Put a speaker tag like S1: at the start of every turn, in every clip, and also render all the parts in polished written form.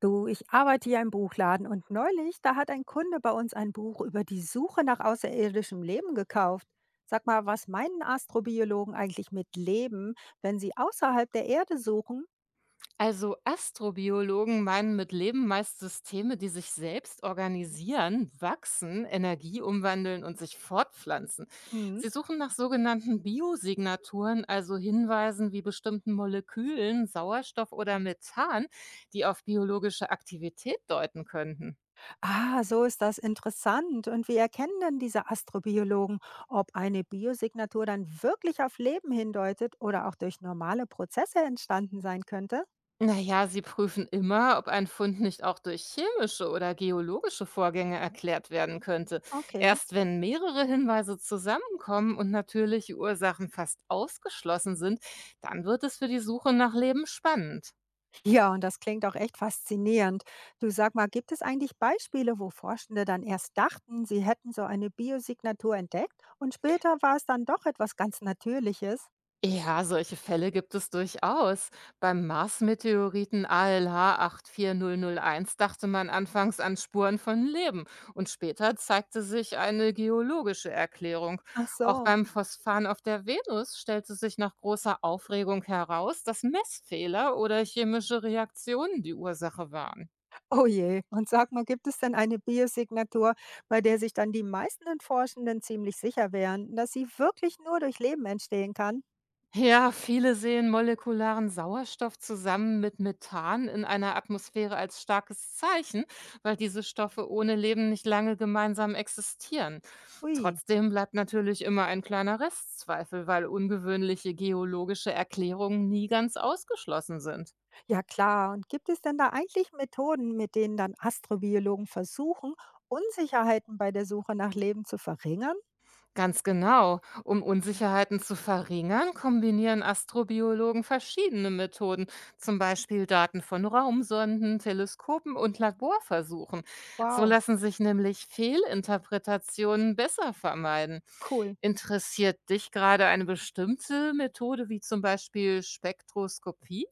S1: Du, ich arbeite ja im Buchladen und neulich, da hat ein Kunde bei uns ein Buch über die Suche nach außerirdischem Leben gekauft. Sag mal, was meinen Astrobiologen eigentlich mit Leben, wenn sie außerhalb der Erde suchen?
S2: Also Astrobiologen meinen mit Leben meist Systeme, die sich selbst organisieren, wachsen, Energie umwandeln und sich fortpflanzen.
S1: Mhm.
S2: Sie suchen nach sogenannten Biosignaturen, also Hinweisen wie bestimmten Molekülen, Sauerstoff oder Methan, die auf biologische Aktivität deuten könnten.
S1: Ah, so ist das interessant. Und wie erkennen denn diese Astrobiologen, ob eine Biosignatur dann wirklich auf Leben hindeutet oder auch durch normale Prozesse entstanden sein könnte?
S2: Na ja, sie prüfen immer, ob ein Fund nicht auch durch chemische oder geologische Vorgänge erklärt werden könnte.
S1: Okay.
S2: Erst wenn mehrere Hinweise zusammenkommen und natürliche Ursachen fast ausgeschlossen sind, dann wird es für die Suche nach Leben spannend.
S1: Ja, und das klingt auch echt faszinierend. Du, sag mal, gibt es eigentlich Beispiele, wo Forschende dann erst dachten, sie hätten so eine Biosignatur entdeckt und später war es dann doch etwas ganz Natürliches?
S2: Ja, solche Fälle gibt es durchaus. Beim Mars-Meteoriten ALH 84001 dachte man anfangs an Spuren von Leben und später zeigte sich eine geologische Erklärung.
S1: Ach
S2: Auch
S1: so.
S2: beim Phosphan auf der Venus stellte sich nach großer Aufregung heraus, dass Messfehler oder chemische Reaktionen die Ursache waren.
S1: Oh je. Und sag mal, gibt es denn eine Biosignatur, bei der sich dann die meisten Forschenden ziemlich sicher wären, dass sie wirklich nur durch Leben entstehen kann?
S2: Ja, viele sehen molekularen Sauerstoff zusammen mit Methan in einer Atmosphäre als starkes Zeichen, weil diese Stoffe ohne Leben nicht lange gemeinsam existieren.
S1: Ui.
S2: Trotzdem bleibt natürlich immer ein kleiner Restzweifel, weil ungewöhnliche geologische Erklärungen nie ganz ausgeschlossen sind.
S1: Ja klar. Und gibt es denn da eigentlich Methoden, mit denen dann Astrobiologen versuchen, Unsicherheiten bei der Suche nach Leben zu verringern?
S2: Ganz genau. Um Unsicherheiten zu verringern, kombinieren Astrobiologen verschiedene Methoden, zum Beispiel Daten von Raumsonden, Teleskopen und Laborversuchen. So
S1: Wow.
S2: lassen sich nämlich Fehlinterpretationen besser vermeiden.
S1: Cool.
S2: Interessiert dich gerade eine bestimmte Methode wie zum Beispiel Spektroskopie?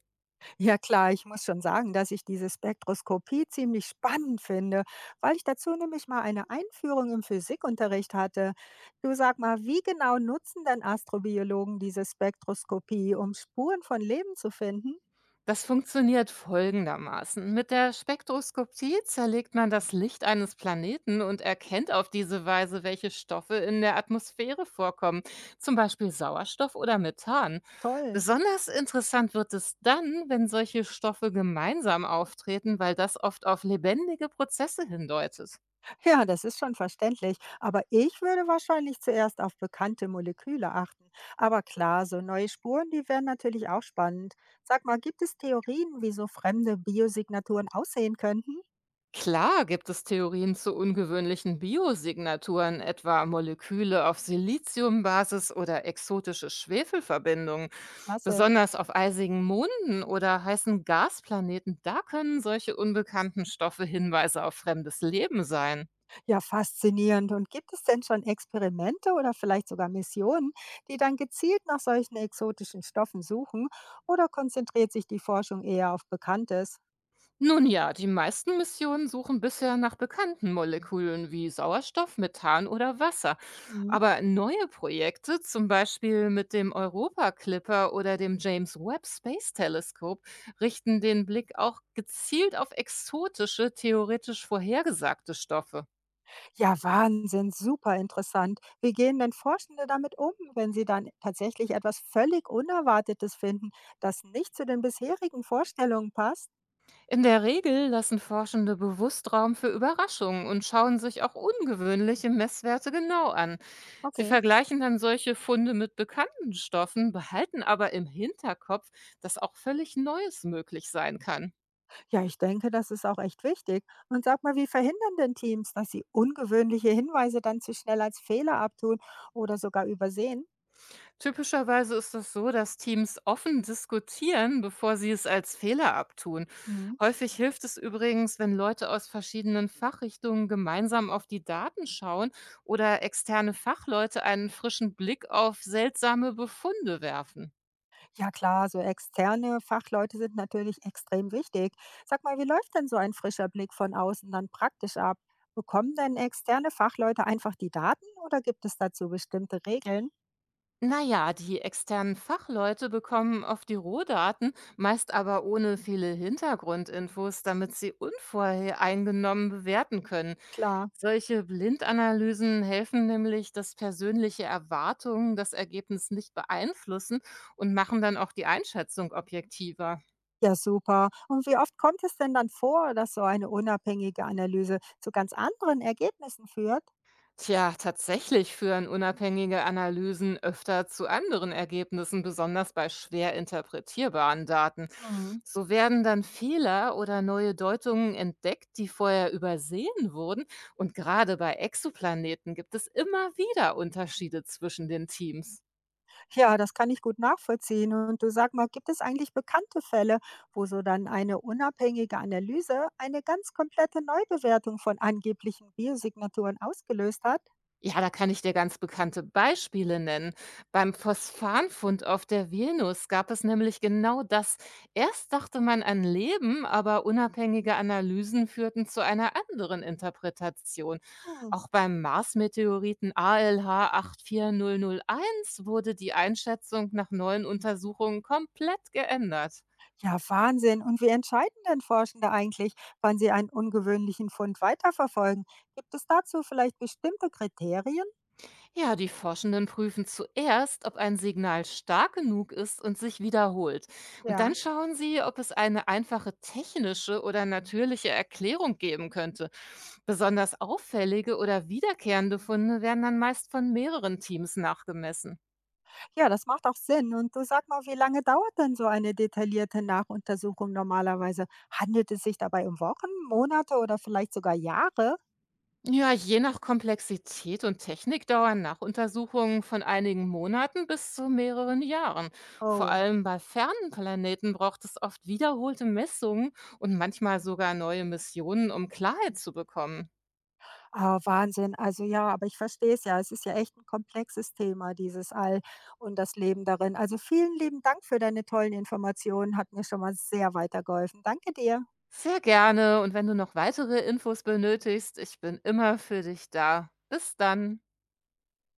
S1: Ja klar, ich muss schon sagen, dass ich diese Spektroskopie ziemlich spannend finde, weil ich dazu nämlich mal eine Einführung im Physikunterricht hatte. Du, sag mal, wie genau nutzen denn Astrobiologen diese Spektroskopie, um Spuren von Leben zu finden?
S2: Das funktioniert folgendermaßen. Mit der Spektroskopie zerlegt man das Licht eines Planeten und erkennt auf diese Weise, welche Stoffe in der Atmosphäre vorkommen, zum Beispiel Sauerstoff oder Methan.
S1: Toll.
S2: Besonders interessant wird es dann, wenn solche Stoffe gemeinsam auftreten, weil das oft auf lebendige Prozesse hindeutet.
S1: Ja, das ist schon verständlich. Aber ich würde wahrscheinlich zuerst auf bekannte Moleküle achten. Aber klar, so neue Spuren, die wären natürlich auch spannend. Sag mal, gibt es Theorien, wie so fremde Biosignaturen aussehen könnten?
S2: Klar gibt es Theorien zu ungewöhnlichen Biosignaturen, etwa Moleküle auf Siliziumbasis oder exotische Schwefelverbindungen.
S1: Klasse.
S2: Besonders auf eisigen Monden oder heißen Gasplaneten, da können solche unbekannten Stoffe Hinweise auf fremdes Leben sein.
S1: Ja, faszinierend. Und gibt es denn schon Experimente oder vielleicht sogar Missionen, die dann gezielt nach solchen exotischen Stoffen suchen? Oder konzentriert sich die Forschung eher auf Bekanntes?
S2: Nun ja, die meisten Missionen suchen bisher nach bekannten Molekülen wie Sauerstoff, Methan oder Wasser.
S1: Mhm.
S2: Aber neue Projekte, zum Beispiel mit dem Europa Clipper oder dem James Webb Space Telescope, richten den Blick auch gezielt auf exotische, theoretisch vorhergesagte Stoffe.
S1: Ja, Wahnsinn, super interessant. Wie gehen denn Forschende damit um, wenn sie dann tatsächlich etwas völlig Unerwartetes finden, das nicht zu den bisherigen Vorstellungen passt?
S2: In der Regel lassen Forschende bewusst Raum für Überraschungen und schauen sich auch ungewöhnliche Messwerte genau an. Sie
S1: Okay.
S2: vergleichen dann solche Funde mit bekannten Stoffen, behalten aber im Hinterkopf, dass auch völlig Neues möglich sein kann.
S1: Ja, ich denke, das ist auch echt wichtig. Und sag mal, wie verhindern denn Teams, dass sie ungewöhnliche Hinweise dann zu schnell als Fehler abtun oder sogar übersehen?
S2: Typischerweise ist es so, dass Teams offen diskutieren, bevor sie es als Fehler abtun.
S1: Mhm.
S2: Häufig hilft es übrigens, wenn Leute aus verschiedenen Fachrichtungen gemeinsam auf die Daten schauen oder externe Fachleute einen frischen Blick auf seltsame Befunde werfen.
S1: Ja klar, so externe Fachleute sind natürlich extrem wichtig. Sag mal, wie läuft denn so ein frischer Blick von außen dann praktisch ab? Bekommen denn externe Fachleute einfach die Daten oder gibt es dazu bestimmte Regeln?
S2: Naja, die externen Fachleute bekommen oft die Rohdaten, meist aber ohne viele Hintergrundinfos, damit sie unvoreingenommen bewerten können.
S1: Klar.
S2: Solche Blindanalysen helfen nämlich, dass persönliche Erwartungen das Ergebnis nicht beeinflussen und machen dann auch die Einschätzung objektiver.
S1: Ja, super. Und wie oft kommt es denn dann vor, dass so eine unabhängige Analyse zu ganz anderen Ergebnissen führt?
S2: Tja, tatsächlich führen unabhängige Analysen öfter zu anderen Ergebnissen, besonders bei schwer interpretierbaren Daten.
S1: Mhm.
S2: So werden dann Fehler oder neue Deutungen entdeckt, die vorher übersehen wurden. Und gerade bei Exoplaneten gibt es immer wieder Unterschiede zwischen den Teams.
S1: Ja, das kann ich gut nachvollziehen. Und du, sag mal, gibt es eigentlich bekannte Fälle, wo so dann eine unabhängige Analyse eine ganz komplette Neubewertung von angeblichen Biosignaturen ausgelöst hat?
S2: Ja, da kann ich dir ganz bekannte Beispiele nennen. Beim Phosphanfund auf der Venus gab es nämlich genau das. Erst dachte man an Leben, aber unabhängige Analysen führten zu einer anderen Interpretation.
S1: Hm.
S2: Auch beim Mars-Meteoriten ALH 84001 wurde die Einschätzung nach neuen Untersuchungen komplett geändert.
S1: Ja, Wahnsinn. Und wie entscheiden denn Forschende eigentlich, wann sie einen ungewöhnlichen Fund weiterverfolgen? Gibt es dazu vielleicht bestimmte Kriterien?
S2: Ja, die Forschenden prüfen zuerst, ob ein Signal stark genug ist und sich wiederholt. Und dann
S1: Ja,
S2: schauen sie, ob es eine einfache technische oder natürliche Erklärung geben könnte. Besonders auffällige oder wiederkehrende Funde werden dann meist von mehreren Teams nachgemessen.
S1: ja, das macht auch Sinn. Und du, sag mal, wie lange dauert denn so eine detaillierte Nachuntersuchung normalerweise? Handelt es sich dabei um Wochen, Monate oder vielleicht sogar Jahre?
S2: Ja, je nach Komplexität und Technik dauern Nachuntersuchungen von einigen Monaten bis zu mehreren Jahren. Vor
S1: Oh,
S2: allem bei fernen Planeten braucht es oft wiederholte Messungen und manchmal sogar neue Missionen, um Klarheit zu bekommen.
S1: ah, Wahnsinn. Also ja, aber ich verstehe es ja. Es ist ja echt ein komplexes Thema, dieses All und das Leben darin. Also, vielen lieben Dank für deine tollen Informationen, hat mir schon mal sehr weitergeholfen. Danke dir.
S2: Sehr gerne und wenn du noch weitere Infos benötigst, ich bin immer für dich da. Bis dann.